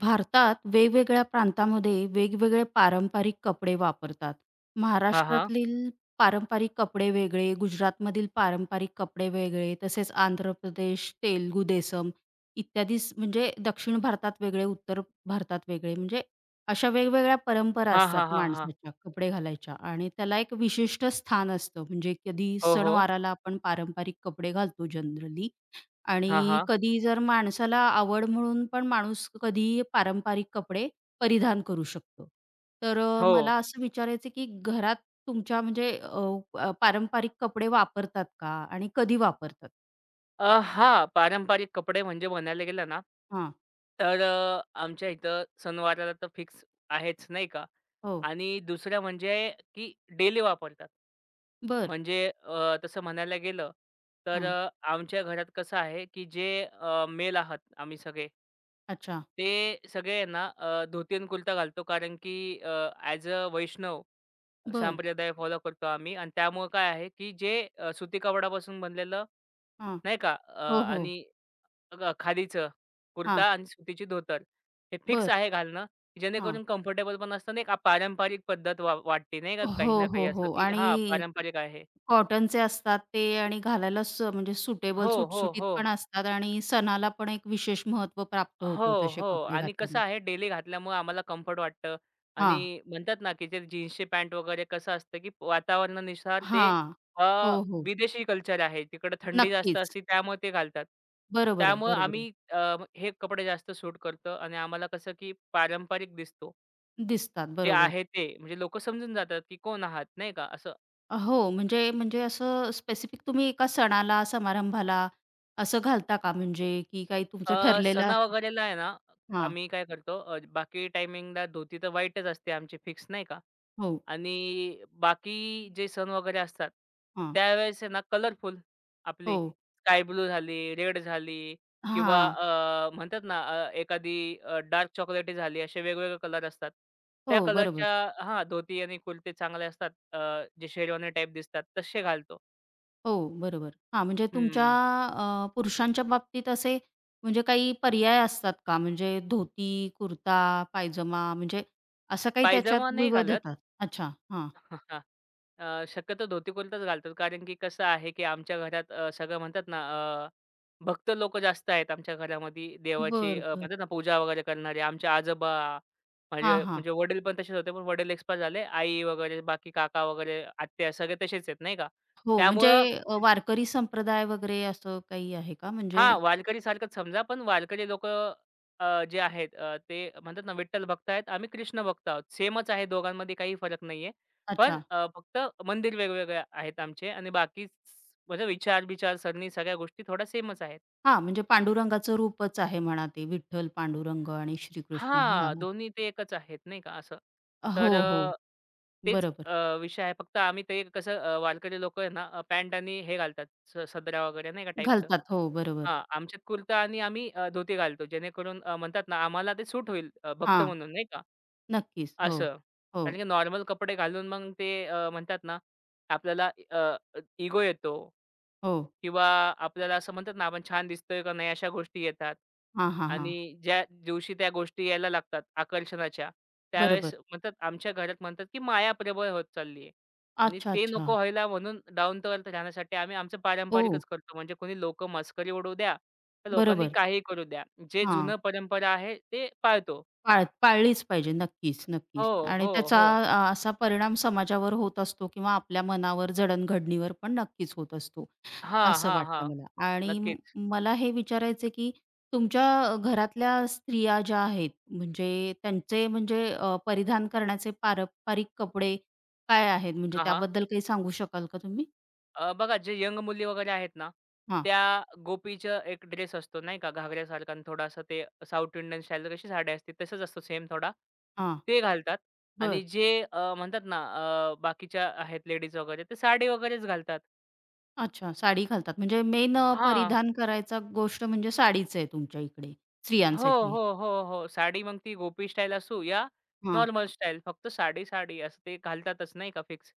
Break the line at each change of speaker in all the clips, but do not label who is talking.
भारतात वेगवेगळ्या प्रांतामध्ये वेगवेगळे पारंपरिक कपडे वापरतात.
हां, हां.
महाराष्ट्रातील पारंपरिक कपडे वेगळे, गुजरातमधील पारंपरिक कपडे वेगळे, तसेच आंध्र प्रदेश, तेलुगू देसम इत्यादी म्हणजे दक्षिण भारतात वेगळे, उत्तर भारतात वेगळे, म्हणजे अशा वेगवेगळ्या परंपरा
हां,
असतात
हां, हां, हां.
माणसाच्या कपडे घालायच्या आणि त्याला एक विशिष्ट स्थान असतं. म्हणजे कधी
हो, हो.
सणवाराला आपण पारंपरिक कपडे घालतो जनरली
हां,
आणि
हां.
कधी जर माणसाला आवड म्हणून पण माणूस कधीही पारंपरिक कपडे परिधान करू शकतो. तर
हो.
मला असं विचारायचं आहे, की घरात तुमच्या म्हणजे अ, अ, पारंपरिक कपडे वापरतात का? आणि कधी वापरतात?
हां, पारंपरिक कपडे म्हणजे म्हणायला गेलं ना,
हां.
तर आमच्या इथं सणवाराला तर फिक्स आहेच, नाही का?
हो.
आणि दुसरं म्हणजे की डेली वापरतात.
बरं.
म्हणजे तसं म्हणायला गेलं, तर
हां.
आमच्या घरात कसं आहे की जे मेल आहात आम्ही सगळे
अच्छा.
ते सगळे आहे ना, धोती आणि कुर्ता घालतो कारण की अ, ॲज अ वैष्णव
बरं.
संप्रदाय फॉलो करतो आम्ही आणि त्यामुळे काय आहे, की जे सुती कपड्यापासून बनलेलं
हां.
नाही का
हो, हो.
आणि खादीचं
हां.
कुर्ता आणि सुतीची धोतर हे फिक्स
बर?
आहे घालणं, की
हां.
जेणेकरून कम्फर्टेबल पण असतं नाही का पारंपरिक पद्धत वाटते नाही का काही
हो,
ना काही
हो,
असं,
हो.
की हां,
आणि
पारंपरिक आहे.
कॉटनचे असतात ते आणि घालायला म्हणजे सुटेबल
हो, हो,
सुटसुटीत
हो.
पण असतात आणि सणाला पण एक विशेष महत्त्व प्राप्त होतं
हो,
तसे
हो.
कपडे
आणि कसं
घातल्यामुळे.
आहे डेली घातल्यामुळे आम्हाला कम्फर्ट वाटतं आणि
हां,
म्हणतात ना, की ते जीन्सची पॅन्ट वगैरे कसं असतं, की वातावरणानुसार ते
हां.
अ,
हो, हो.
विदेशी कल्चर आहे. तिकडं थंडी जास्त
नक्कीच.
असते त्यामुळे ते घालतात.
बरोबर आहे,
त्यामुळे
बरोबर आहे.
आम्ही हे कपडे जास्त सूट करतो आणि आम्हाला कसं, की पारंपरिक दिसतो.
दिसतात,
जे
बरोबर.
आहे ते. म्हणजे लोकं समजून जातात, की कोण आहात नाही का असं.
हो, म्हणजे म्हणजे असं स्पेसिफिक तुम्ही एका सणाला, समारंभाला असं घालता का म्हणजे की काही तुमचं ठरलेला
सणा वगैरेला आहे ना,
हां,
आम्ही काय करतो बाकी टायमिंगला धोती तर व्हाईटच असते आमची फिक्स नाही का.
हो,
आणि बाकी जे सण वगैरे असतात,
हां,
त्यावेळेस आहे ना कलरफुल आपली
हो,
स्काय ब्लू झाली, रेड झाली किंवा
हां,
म्हणतात ना एखादी डार्क चॉकलेटी झाली, असे वेगवेगळे कलर असतात.
हो,
त्या
बरोबर.
कलरच्या हां, धोती आणि कुर्ते चांगले असतात. जे शेरवानी टाइप दिसतात, तसे घालतो.
हो, बरोबर. हां, म्हणजे तुमच्या
हं.
पुरुषांच्या बाबतीत असे म्हणजे काही पर्याय असतात का? म्हणजे धोती, कुर्ता, पायजमा म्हणजे असं काही त्याच्यात
पायजामा नाही घालत.
विविधता? अच्छा, हां.
शक्यतो धोती कुर्ताच घालतात. कारण की कसं आहे, की आमच्या घरात सगळं म्हणतात ना, अ, भक्त लोकं जास्त आहेत आमच्या घरामध्ये. देवाची
बरं, बरं.
म्हणतात ना, पूजा वगैरे करणारे. आमचे आजोबा,
हां,
माझे
हां.
म्हणजे वडील पण तसेच होते, पण वडील एक्सपायर झाले. आई वगैरे, बाकी काका वगैरे, आत्या सगळे तसेच आहेत, नाही का.
हो, म्हणजे
त्यामुळं
वारकरी संप्रदाय वगैरे असं काही आहे का? म्हणजे
हां, वारकरीसारखंच समजा, पण वारकरी लोकं जे आहेत ते म्हणतात ना, विठ्ठल भक्त आहेत, आम्ही कृष्ण भक्त आहोत. सेमच आहे दोघांमध्ये काही फरक नाहीये. पण
अच्छा.
फक्त मंदिर वेगवेगळे आहेत आमचे आणि बाकी म्हणजे विचार-बिचार सरणी सगळ्या गोष्टी थोड्या सेमच आहेत.
हां, म्हणजे पांडुरंगाचं रूपच आहे म्हणा ते विठ्ठल, पांडुरंग आणि श्रीकृष्ण. हां,
हां,
हां.
दोन्ही ते एकच आहेत नाही का असं. तर
हो, हो.
तेच
बरोबर.
विषय आहे. फक्त आम्ही ते कसं वारकरी लोकं आहे ना, पॅन्ट आणि हे घालतात, सदरा वगैरे नाही का टाईपचं.
घालतात. हो, बरोबर.
हां, आमच्यात कुर्ता आणि आम्ही धोती घालतो. जेणेकरून म्हणतात ना, आम्हाला ते सूट होईल भक्त
हां,
म्हणून नाही का,
नक्कीच. हो,
असं.
हो,
कारण की नॉर्मल कपडे घालून मग ते म्हणतात ना, आपल्याला इगो येतो.
हो.
किंवा आपल्याला असं म्हणतात ना, आपण छान दिसतोय का नाही अशा गोष्टी येतात.
हां, हां, हां.
आणि ज्या दिवशी त्या गोष्टी यायला लागतात आकर्षणाच्या, त्यावेळेस
बरोबर.
म्हणतात आमच्या घरात म्हणतात, की माया प्रबळ होत चालली आहे. आणि
अच्छा,
ते
अच्छा.
नको व्हायला म्हणून डाउन टू अर्थ राहण्यासाठी आम्ही आमचं
हो,
पारंपरिकच करतो. म्हणजे कोणी लोकं मस्करी उडवू द्या, तर लोकांनी
बरोबर.
काहीही करू द्या. जे
हां.
जुनं परंपरा आहे ते पाळतो.
पाळलीच पाहिजे. नक्कीच,
हो,
नक्कीच. आणि
हो,
त्याचा
हो.
असा परिणाम समाजावर होत असतो किंवा आपल्या मनावर, जडणघडणीवर पण नक्कीच होत असतो.
हां,
असं
हां,
वाटतं
हां.
मला आणि
नक्कीच.
मला हे विचारायचं आहे, की तुमच्या घरातल्या स्त्रिया ज्या आहेत, म्हणजे त्यांचे म्हणजे परिधान करण्याचे पारंपरिक कपडे काय आहेत? म्हणजे
हां, हां.
त्याबद्दल काही सांगू शकाल का तुम्ही?
बघा जे यंग मुली वगैरे आहेत ना,
हां,
त्या गोपीचं एक ड्रेस असतो नाही का घागऱ्यासारखा आणि थोडासा ते साऊथ इंडियन स्टाईलला कशी साडी असते तसंच असतो सेम थोडा.
हां.
ते घालतात आणि
बरं.
जे म्हणतात ना बाकीच्या आहेत लेडीज वगैरे ते साडी वगैरेच घालतात.
अच्छा, साडी घालतात. म्हणजे मेन
हां.
परिधान करायचा गोष्ट म्हणजे साडीच आहे तुमच्या इकडे
हो,
स्त्रियांसाठी.
हो, हो, हो. साडी मग ती गोपी स्टाईल असू या नॉर्मल स्टाईल फक्त साडी, साडी असं ते घालतातच नाही का फिक्स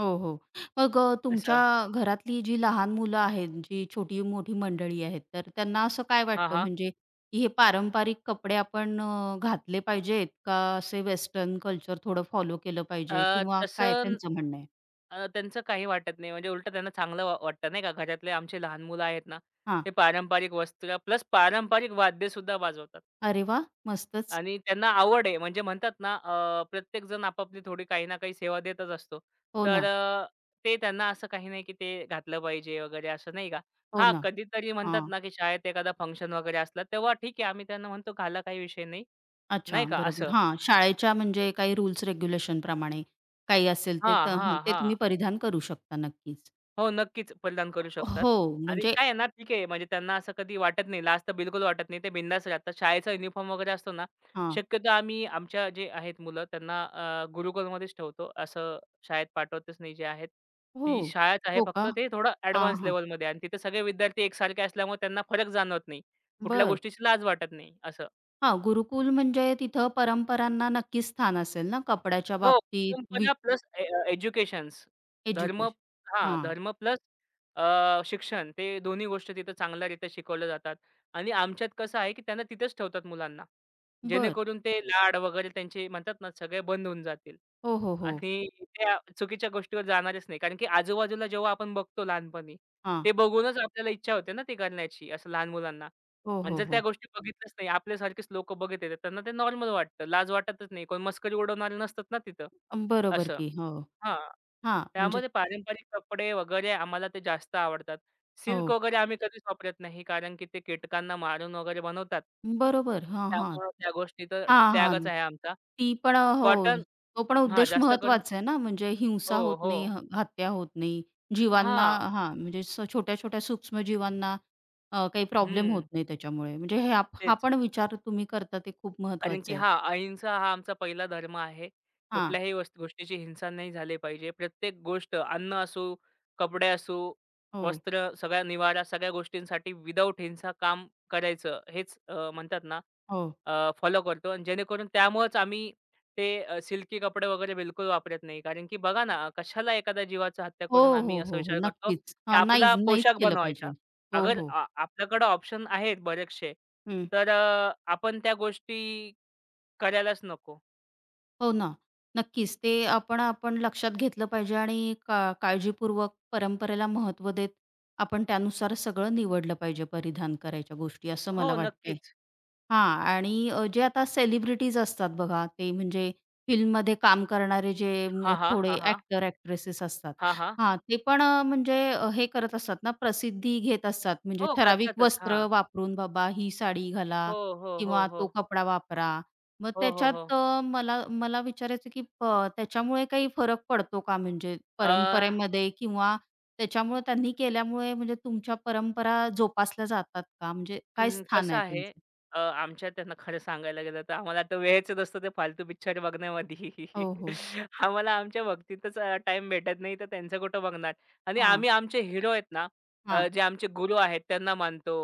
हो, हो. मग तुमच्या
असं.
घरातली जी लहान मुलं आहेत, जी छोटी-मोठी मंडळी आहेत, तर त्यांना असं काय
हां,
वाटतं
हां.
म्हणजे की हे पारंपरिक कपडे आपण घातले पाहिजेत का असे वेस्टर्न कल्चर थोडं फॉलो केलं पाहिजे किंवा काय
तसं
त्यांचं म्हणणं आहे?
त्यांचं काही वाटत नाही. म्हणजे उलटं त्यांना चांगलं वाटतं नाही का. घरातले आमचे लहान मुलं आहेत ना,
हां.
ते पारंपरिक वस्त्र प्लस पारंपरिक वाद्यसुद्धा वाजवतात
अरे वा मस्तच.
आणि त्यांना आवड आहे. म्हणजे म्हणतात ना, प्रत्येक जण आपापली थोडी काही ना काही सेवा देतच असतो.
हो
तर
ना,
ते त्यांना असं काही नाही, की ते घातलं पाहिजे वगैरे असं नाही का.
हो
हां,
ना.
कधीतरी म्हणतात
हां.
ना, की शाळेत एखादा फंक्शन वगैरे असला, तेव्हा ठीक आहे आम्ही त्यांना म्हणतो, "घाला काही विषय नाही."
अच्छा,
नाही का
बरोबर.
असं.
हां, शाळेच्या म्हणजे काही रूल्स रेग्युलेशन प्रमाणे काही असेल ते
हां,
तर हं,
हां,
ते
हां.
तुम्ही परिधान करू शकता नक्कीच.
हो, नक्कीच परिधान करू शकतात
हो,
आणि
म्हणजे
काय आहे ना, ठीक आहे म्हणजे त्यांना असं कधी वाटत नाही, लाज तर बिलकुल वाटत नाही. ते बिनधास्त राहतात. शाळेचा युनिफॉर्म वगैरे असतो ना,
हां.
शक्यतो आम्ही आमच्या जे आहेत मुलं त्यांना गुरुकुलमध्येच ठेवतो. असं शाळेत पाठवतच नाही. जे आहेत
हो.
ती शाळाच आहे
हो
फक्त
का?
ते थोडं
हां,
ॲडव्हान्स
हां.
लेव्हलमध्ये आणि तिथे सगळे विद्यार्थी एकसारखे असल्यामुळे त्यांना फरक जाणवत नाही. कुठल्या
बरं.
गोष्टीची लाज वाटत नाही असं.
हां, गुरुकुल म्हणजे तिथं परंपरांना नक्कीच स्थान असेल ना, कपड्याच्या
हो,
बाबतीत
परंपरा प्लस एज्युकेशन्स. धर्म
एज्युकेश
हां,
बर
धर्म प्लस शिक्षण ते दोन्ही गोष्टी तिथं चांगल्यारीत्या शिकवल्या जातात आणि आमच्यात कसं आहे, की त्यांना तिथेच ठेवतात मुलांना.
बरं.
जेणेकरून ते लाड वगैरे त्यांचे म्हणतात ना, सगळे बंद होऊन जातील
हो, हो, हो.
आणि त्या चुकीच्या गोष्टीवर जाणारच नाही. कारण की आजूबाजूला जेव्हा आपण बघतो लहानपणी,
हां.
ते बघूनच आपल्याला इच्छा होते ना, ती करण्याची असं लहान मुलांना.
हो,
आणि
हो,
जर त्या
हो.
गोष्टी बघितल्याच नाही, आपल्यासारखेच लोकं बघत येतात. त्यांना ते नॉर्मल वाटतं. लाज वाटतच नाही. कोण मस्करी उडवणारे नसतात ना तिथं.
अं, बरोबर
असं.
की. हो.
हां.
हां, म्हणजे
त्यामध्ये पारंपरिक कपडे वगैरे आम्हाला ते जास्त आवडतात.
हो.
सिल्क वगैरे आम्ही कधीच वापरत नाही, कारण की ते कीटकांना मारून वगैरे बनवतात.
बरोबर. हां, हां.
त्यामुळं त्या गोष्टी तर
हां, हां.
त्यागच आहे आमचा.
ती पण हो.
कॉटन
तो पण
हां,
उद्देश
जास्त करून
महत्त्वाचा आहे ना, म्हणजे
हो,
हिंसा होत
हो.
नाही, हत्या होत नाही, जीवांना
हां.
हां, म्हणजे छोट्या-छोट्या सूक्ष्म जीवांना काही प्रॉब्लेम होत
हं.
नाही त्याच्यामुळे. म्हणजे हे हा हा
तेच.
पण विचार तुम्ही करता ते खूप
कारण
महत्त्वाचं
की
आहे.
हां, अहिंसा हा आमचा पहिला धर्म आहे.
हां.
कुठल्याही गोष्टीची हिंसा नाही झाली पाहिजे. प्रत्येक गोष्ट अन्न असो, कपडे असो,
हो,
वस्त्र, सगळा निवारा, सगळ्या गोष्टींसाठी विदाऊट हिंसा काम करायचं हेच म्हणतात ना
हो.
फॉलो करतो आणि जेणेकरून त्यामुळेच आम्ही ते सिल्की कपडे वगैरे बिलकुल वापरत नाही. कारण की बघा ना, कशाला एखाद्या जीवाची हत्या
हो,
करून आम्ही
हो,
असा
हो, हो.
विचार करतो,
नक्कीच.
की
हां, नाहीच,
आपला
नाहीच
पोशाख
केलं पाहिजे.
बनवायचा.
हो,
अगर
हो.
आपल्याकडे ऑप्शन आहेत बरेचसे,
हं.
तर आपण त्या गोष्टी करायलाच नको.
हो ना. नक्कीच. ते आपण आपण लक्षात घेतलं पाहिजे आणि काळजीपूर्वक परंपरेला महत्त्व देत आपण त्यानुसार सगळं निवडलं पाहिजे परिधान करायच्या गोष्टी, असं
हो,
मला वाटतंय.
नक्कीच.
हां. आणि जे आता सेलिब्रिटीज असतात बघा, ते म्हणजे फिल्ममध्ये काम करणारे जे
हां, हां.
थोडे
हां, हां.
ॲक्टर, ॲक्ट्रेसेस असतात.
हां, हां.
हां, ते पण म्हणजे हे करत असतात ना, प्रसिद्धी घेत असतात. म्हणजे
हो,
ठराविक
करतातच. हां.
वस्त्र वापरून बाबा ही साडी घाला
हो, हो, हो,
किंवा
हो.
तो कपडा वापरा. मग
हो, हो,
त्याच्यात
हो.
मला मला विचारायचं की त्याच्यामुळे काही फरक पडतो का? म्हणजे
अ, अं,
परंपरेमध्ये किंवा त्याच्यामुळे त्यांनी केल्यामुळे म्हणजे तुमच्या परंपरा जोपासल्या जातात का? म्हणजे काय स्थान
कसं
आहे
आहे आमच्या त्यांना खरं सांगायला गेलं तर आम्हाला आता वेळच नसतो ते फालतू पिक्चर बघण्यामध्ये.
हो, हो.
आम्हाला आमच्या भक्तीतच टाईम भेटत नाही तर त्यांचं कुठं बघणार आणि
हां,
आम्ही आमचे हिरो आहेत ना
हा
जे आमचे गुरु आहेत त्यांना मानतो,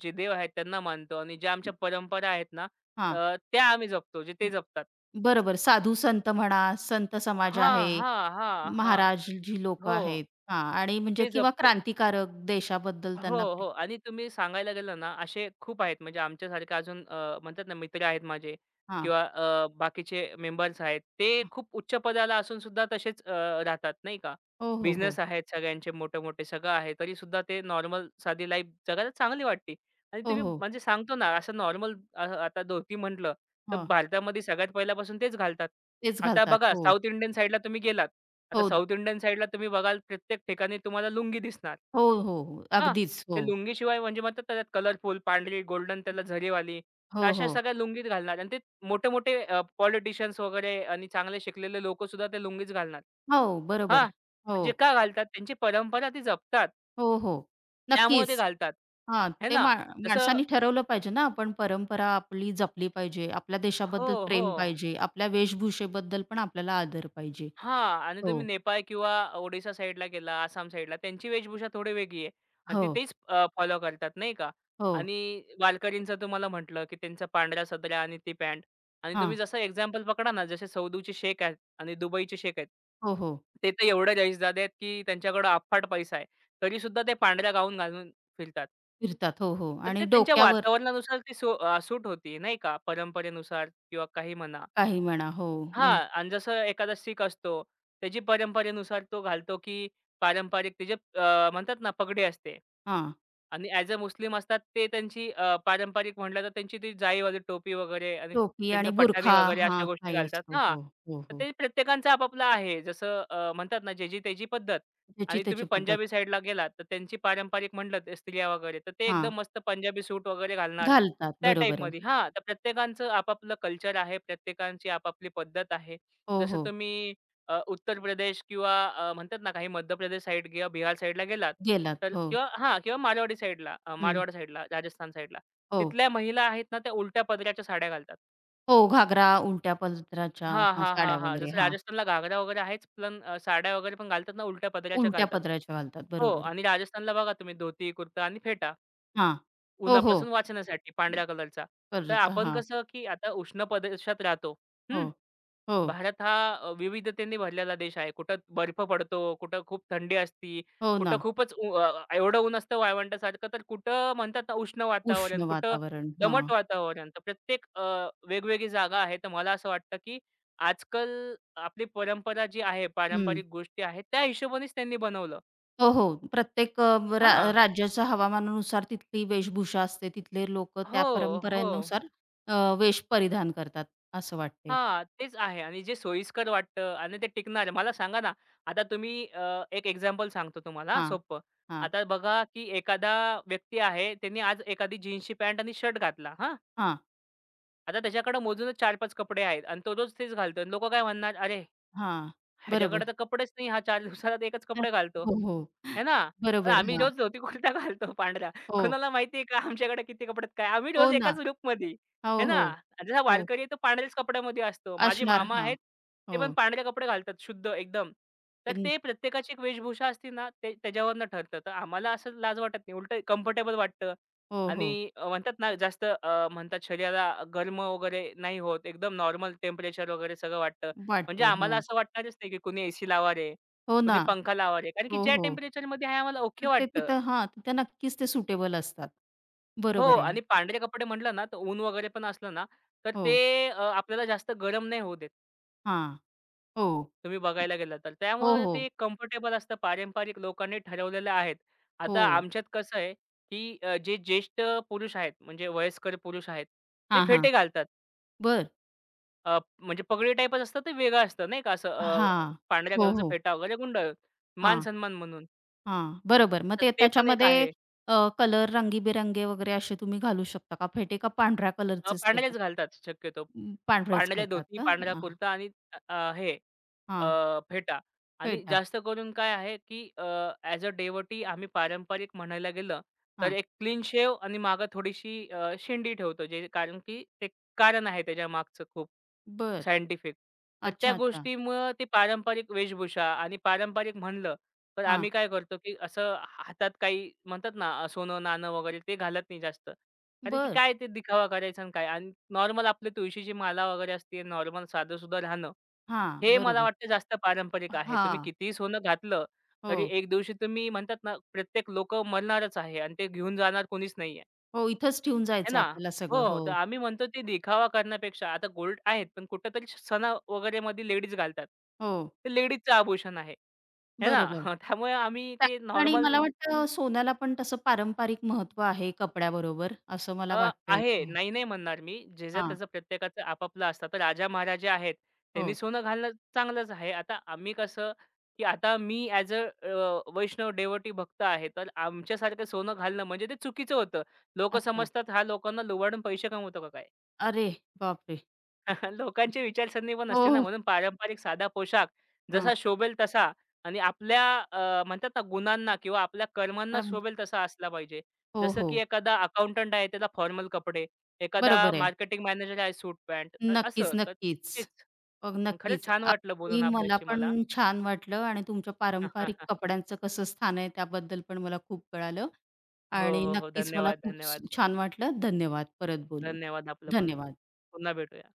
जे देव आहेत त्यांना मानतो आणि ज्या आमच्या परंपरा आहेत ना
हां.
त्या आम्ही जपतो, जे ते जपतात.
बरोबर. साधू संत म्हणा, संत समाज आहे,
हां, हां, हां, हां.
महाराज जी लोकं
हो,
आहेत हां आणि म्हणजे
ते
किंवा
जपतो.
क्रांतिकारक देशाबद्दल
हो,
त्यांना
हो. आणि तुम्ही सांगायला गेलं ना, असे खूप आहेत म्हणजे आमच्यासारखे अजून म्हणतात ना मित्र आहेत माझे
हां,
किंवा बाकीचे मेंबर्स आहेत. ते
हां.
खूप उच्च पदाला असून सुद्धा तसेच राहतात नाही का.
हो, हो, हो.
बिझनेस आहेत सगळ्यांचे मोठे-मोठे, सगळं आहे. तरीसुद्धा ते नॉर्मल साधी लाईफ जगायला चांगली वाटते. आणि
हो,
तुम्ही
हो.
म्हणजे सांगतो ना असं नॉर्मल आता धोती म्हटलं, तर
हो.
भारतामध्ये सगळ्यात पहिल्यापासून तेच घालतात.
तेच
आता
घालतात.
बघा
हो,
साउथ इंडियन साइडला तुम्ही गेलात. आता
हो,
साउथ इंडियन साइडला तुम्ही बघाल प्रत्येक ठिकाणी तुम्हाला लुंगी दिसणार.
हो, हो, हो.
हां,
अगदीच.
ते
हो,
लुंगीशिवाय म्हणजे म्हणतात ना, त्यात कलरफुल पांढरी, गोल्डन त्याला झरीवाली,
हो,
अशा
हो.
सगळ्या लुंगीच घालणार आणि ते मोठे-मोठे पॉलिटिशियन्स वगैरे आणि चांगले शिकलेले लोकंसुद्धा ते लुंगीच घालणार.
हो, बरोबर.
हां,
हो,
जे का घालतात? त्यांची परंपरा ती जपतात.
हो, हो.
त्यामुळे ते
नक्कीच.
घालतात.
हां,
आहे
ते
ना? जसं
माणसांनी ठरवलं पाहिजे ना, आपण परंपरा आपली जपली पाहिजे. आपल्या
हो,
देशाबद्दल
हो.
प्रेम पाहिजे. आपल्या वेशभूषेबद्दल पण आपल्याला आदर पाहिजे.
हां. आणि
हो.
तुम्ही नेपाळ किंवा ओडिशा साईडला गेला, आसाम साईडला त्यांची वेशभूषा थोडी वेगळी आहे आणि
हो,
ती तेच फॉलो करतात नाही का.
हो.
आणि वारकरींचं तुम्हाला म्हटलं, की त्यांचा पांढरा सदरा आणि ती पॅन्ट आणि तुम्ही
हां.
जसं एक्झाम्पल पकडा ना, जसे सौदीचे शेख आहेत आणि दुबईचे शेख आहेत.
हो, हो.
ते तर एवढे रईसजादे आहेत, की त्यांच्याकडे अफाट पैसा आहे. तरीसुद्धा ते पांढरा गाऊन घालून फिरतात.
फिरतात. हो, हो.
तर ते
आणि
त्यांच्या
डोक्यावर
वातावरणानुसार ती सूट होती नाही का, परंपरेनुसार किंवा काही म्हणा.
काही म्हणा. हो,
हां.
म्हणजे
आणि जसं एखादा शीख असतो, त्याची परंपरेनुसार तो घालतो, की पारंपरिक त्याचे म्हणतात ना पगडी असते.
हां,
आणि ॲज अ मुस्लिम असतात ते त्यांची पारंपरिक म्हटलं तर त्यांची ती जाईवाली टोपी वगैरे आणि
टोपी
त्यांचा
आणि
पठाणी
बुरखा
वगैरे अशा
हां,
गोष्टी
काही
घालतात.
असतो.
हां.
हो, हो,
तर
हो.
ते प्रत्येकांचं आपापलं आहे. जसं म्हणतात ना ज्याची त्याची पद्धत
ज्याची
आणि तुम्ही
त्याची पद्धत.
पंजाबी साईडला गेलात तर त्यांची पारंपरिक म्हटलं ते स्त्रिया वगैरे तर ते
हां,
एकदम मस्त पंजाबी सूट वगैरे घालणार.
घालतात.
त्या
बरोबर आहे.
टाईपमध्ये हां, तर प्रत्येकांचं आपापलं कल्चर आहे. प्रत्येकांची आपापली पद्धत आहे.
हो,
जसं
हो.
तुम्ही उत्तर प्रदेश किंवा म्हणतात ना काही मध्य प्रदेश साईड किंवा बिहार साईडला गेलात,
गेलात.
तर
हो.
किंवा हां, किंवा मारवाडी साईडला
हं.
मारवाड साईडला, राजस्थान साईडला.
हो.
तिथल्या महिला आहेत ना, त्या उलट्या पदराच्या साड्या घालतात.
हो, घागरा उलट्या पदराच्या
हां,
हां,
हां, हां,
साड्या
हां.
वगैरे
जसं
हां,
राजस्थानला घागरा वगैरे आहेच, पण साड्या वगैरे पण घालतात ना, उलट्या पदराच्या
उलट्या
घालतात.
पदराच्या घालतात.
हो
बरोबर.
आणि राजस्थानला बघा तुम्ही धोती, कुर्ता आणि फेटा.
हां. हो, हो.
उन्हापासून वाचण्यासाठी पांढऱ्या कलरचा. तर
परत
आपण
हां.
कसं, की आता उष्ण प्रदेशात राहतो.
हो,
हं.
हो.
भारत हा विविधतेने भरलेला देश आहे. कुठं बर्फ पडतो, कुठं खूप थंडी असती,
हो
कुठं
ना.
खूपच एवढं ऊन असतं वाळवंटासारखं, तर कुठं म्हणतात ना उष्ण
उष्ण
वातावरण, कुठं
वातावरण. हां.
दमट वातावरण. तर प्रत्येक वेगवेगळी जागा आहे. तर मला असं वाटतं, की आजकाल आपली परंपरा जी आहे,
हं.
पारंपरिक गोष्टी आहेत, त्या हिशोबानेच त्यांनी बनवलं.
हो, हो. प्रत्येक रा
हां.
राज्याच्या हवामानानुसार तिथली वेशभूषा असते. तिथले लोकं त्या
हो, हो.
परंपरेनुसार अ, वेश परिधान करतात असं वाटते.
हां, तेच आहे आणि जे सोयीस्कर वाटतं आणि ते टिकणार. मला सांगा ना, आता तुम्ही एक एक्झाम्पल सांगतो तुम्हाला हां,
हां.
सोपं.
हां.
आता बघा, की एखादा व्यक्ती आहे, त्याने आज एखादी जीन्सची पॅन्ट आणि शर्ट घातला, हां.
हां.
आता त्याच्याकडे मोजूनच 4-5 कपडे आहेत आणि तो रोज तेच घालतो आणि काय म्हणणार, "अरे,
हां.
ह्याच्याकडे
बरोबर.
तर कपडेच नाही. हा 4 दिवसाला एकच
हं.
कपडे घालतो."
हो, हो.
आहे ना? पण
बरोबर.
आम्ही
हां.
रोज धोती कुर्ता घालतो पांढरा.
हो.
कोणाला माहिती आहे का आमच्याकडे किती कपड्यात काय? आम्ही
हो
रोज
ना.
एकाच लूकमध्ये आहे
हो,
ना?
हो.
जसा
हो.
वारकरी आहे तो पांढऱ्याच कपड्यामध्ये असतो. माझे
असणार.
मामा
हां.
आहेत, ते
हो.
पण पांढरे कपडे घालतात शुद्ध एकदम. तर
अं,
ते प्रत्येकाची एक वेशभूषा असते ना, ते त्याच्यावरनं ठरतं. तर आम्हाला असं लाज वाटत नाही. उलटं कम्फर्टेबल वाटतं
हो,
आणि
हो.
म्हणतात ना जास्त म्हणतात शरीराला गरम वगैरे नाही होत. एकदम नॉर्मल टेम्परेचर वगैरे सगळं वाटतं. म्हणजे
वाटतं.
आम्हाला
हां.
असं वाटणारच नाही, की कोणी एसी लावा रे,
हो
कोणी
ना.
पंखा लावा रे, कारण की
हो,
ज्या
हो.
टेम्परेचरमध्ये आहे आम्हाला ओके
तर ते
वाटतं.
तिथं हां, तिथं नक्कीच ते सुटेबल असतात.
हो
बरोबर आहे.
आणि पांढरे कपडे म्हटलं ना, तर ऊन वगैरे पण असलं ना, तर ते
हो.
आपल्याला जास्त गरम नाही होऊ देत.
हां. हो.
तुम्ही बघायला गेलं तर.
हो,
त्यामुळे ते
हो.
कम्फर्टेबल असतं. पारंपरिक लोकांनी ठरवलेलं आहेत.
हो.
आता आमच्यात कसं आहे, की जे ज्येष्ठ पुरुष आहेत, म्हणजे वयस्कर पुरुष आहेत, ते
हां, हां.
फेटे घालतात.
बरं.
म्हणजे पगडी टाईपच असतं, ते वेगळं असतं नाही का असं
हां.
पांढऱ्या
हो,
कलरचा
हो.
फेटा वगैरे गुंडाळून,
हां,
मान-सन्मान म्हणून.
हां. बरोबर. मग
तर
ते
ते पण एक
त्याच्यामध्ये
आहे.
कलर रंगीबेरंगी वगैरे असे तुम्ही घालू शकता का? फेटे का पांढऱ्या कलरचेच ते पण?
पांढरेच घालतात शक्यतो.
अं, पांढरेच
पांढऱ्या
घालतात
धोती,
का?
पांढरा
हां,
कुर्ता आणि अ, अ, हे
हां.
फेटा आणि
फेटा.
जास्त करून काय आहे, की ॲज अ डेवटी आम्ही पारंपरिक म्हणायला गेलं, तर
हां.
एक क्लीन शेव आणि मागे थोडीशी शेंडी ठेवतो. जे कारण की ते कारण आहे त्याच्या मागचं खूप.
बरं.
सायंटिफिक. तर त्या
अच्छा, अच्छा.
गोष्टीमुळं ती पारंपरिक वेशभूषा आणि पारंपरिक म्हणलं, तर
हां.
आम्ही काय करतो, की असं हातात काही म्हणतात ना, सोनं-नाणं वगैरे ते घालत नाही जास्त. कारण की
बरं.
काय ते दिखावा करायचा आणि काय आणि नॉर्मल आपली तुळशीची माला वगैरे असते, नॉर्मल साधंसुधं राहणं,
हां.
हे मला
बरोबर.
वाटतं जास्त पारंपरिक आहे. तुम्ही
हां.
कितीही सोनं घातलं,
हो.
तरी एक दिवशी तुम्ही म्हणतात ना, प्रत्येक लोकं मरणारच आहे आणि ते घेऊन जाणार कोणीच नाहीये.
हो. इथंच ठेवून
आहे
जायचंय
ना.
आपल्याला सगळं.
हो,
हो.
तर आम्ही म्हणतो ते दिखावा करण्यापेक्षा आता गोल्ड आहेत, पण कुठेतरी सणा वगैरेमध्ये लेडीज घालतात.
हो.
ते लेडीजचं आभूषण आहे. आहे ना.
बरोबर.
त्यामुळे आम्ही ते
त्यात आणि
नॉर्मल
मला वाटतं सोन्याला पण तसं पारंपरिक महत्त्व आहे कपड्याबरोबर, असं मला वाटतंय.
आहे.
हं.
नाही, नाही म्हणणार मी. जे
हां.
त्याचं प्रत्येकाचं आपापलं असतं. तर राजा-महाराजा आहेत. त्यांनी
हो.
सोनं घालणं चांगलंच आहे. आता आम्ही कसं, की आता मी ॲज वैष्णव डेवोटी भक्त आहे. तर आमच्यासारखं सोनं घालणं म्हणजे ते चुकीचं होतं. लोकं
अच्छा.
समजतात हा लोकांना लुबाडून पैसे कमवतो का काय?
अरे बापरे!
लोकांची विचारसरणी पण
हो,
असते ना,
हो.
म्हणून पारंपरिक साधा पोशाख
हां.
जसा शोभेल तसा आणि आपल्या म्हणतात ना गुणांना किंवा आपल्या कर्मांना
कारण
शोभेल तसा असला पाहिजे.
हो,
जसं
हो.
की एखादा अकाउंटंट आहे त्याला फॉर्मल कपडे, एखादा
बरोबर आहे.
मार्केटिंग मॅनेजर आहे सूट पॅन्ट
नक्कीच,
असं तर
नक्कीच.
तेच. मग खरंच
नक्कीच.
छान वाटलं
अगदी
बोलून
मला
आपल्याशी
पण
मला.
छान वाटलं आणि तुमच्या पारंपरिक कपड्यांचं कसं स्थान आहे त्याबद्दल पण मला खूप कळालं
हो,
आणि
हो, हो.
नक्कीच मला
धन्यवाद,
खूप
धन्यवाद.
छान वाटलं. धन्यवाद. परत बोलू.
धन्यवाद आपलं पण.
धन्यवाद.
पुन्हा भेटूया.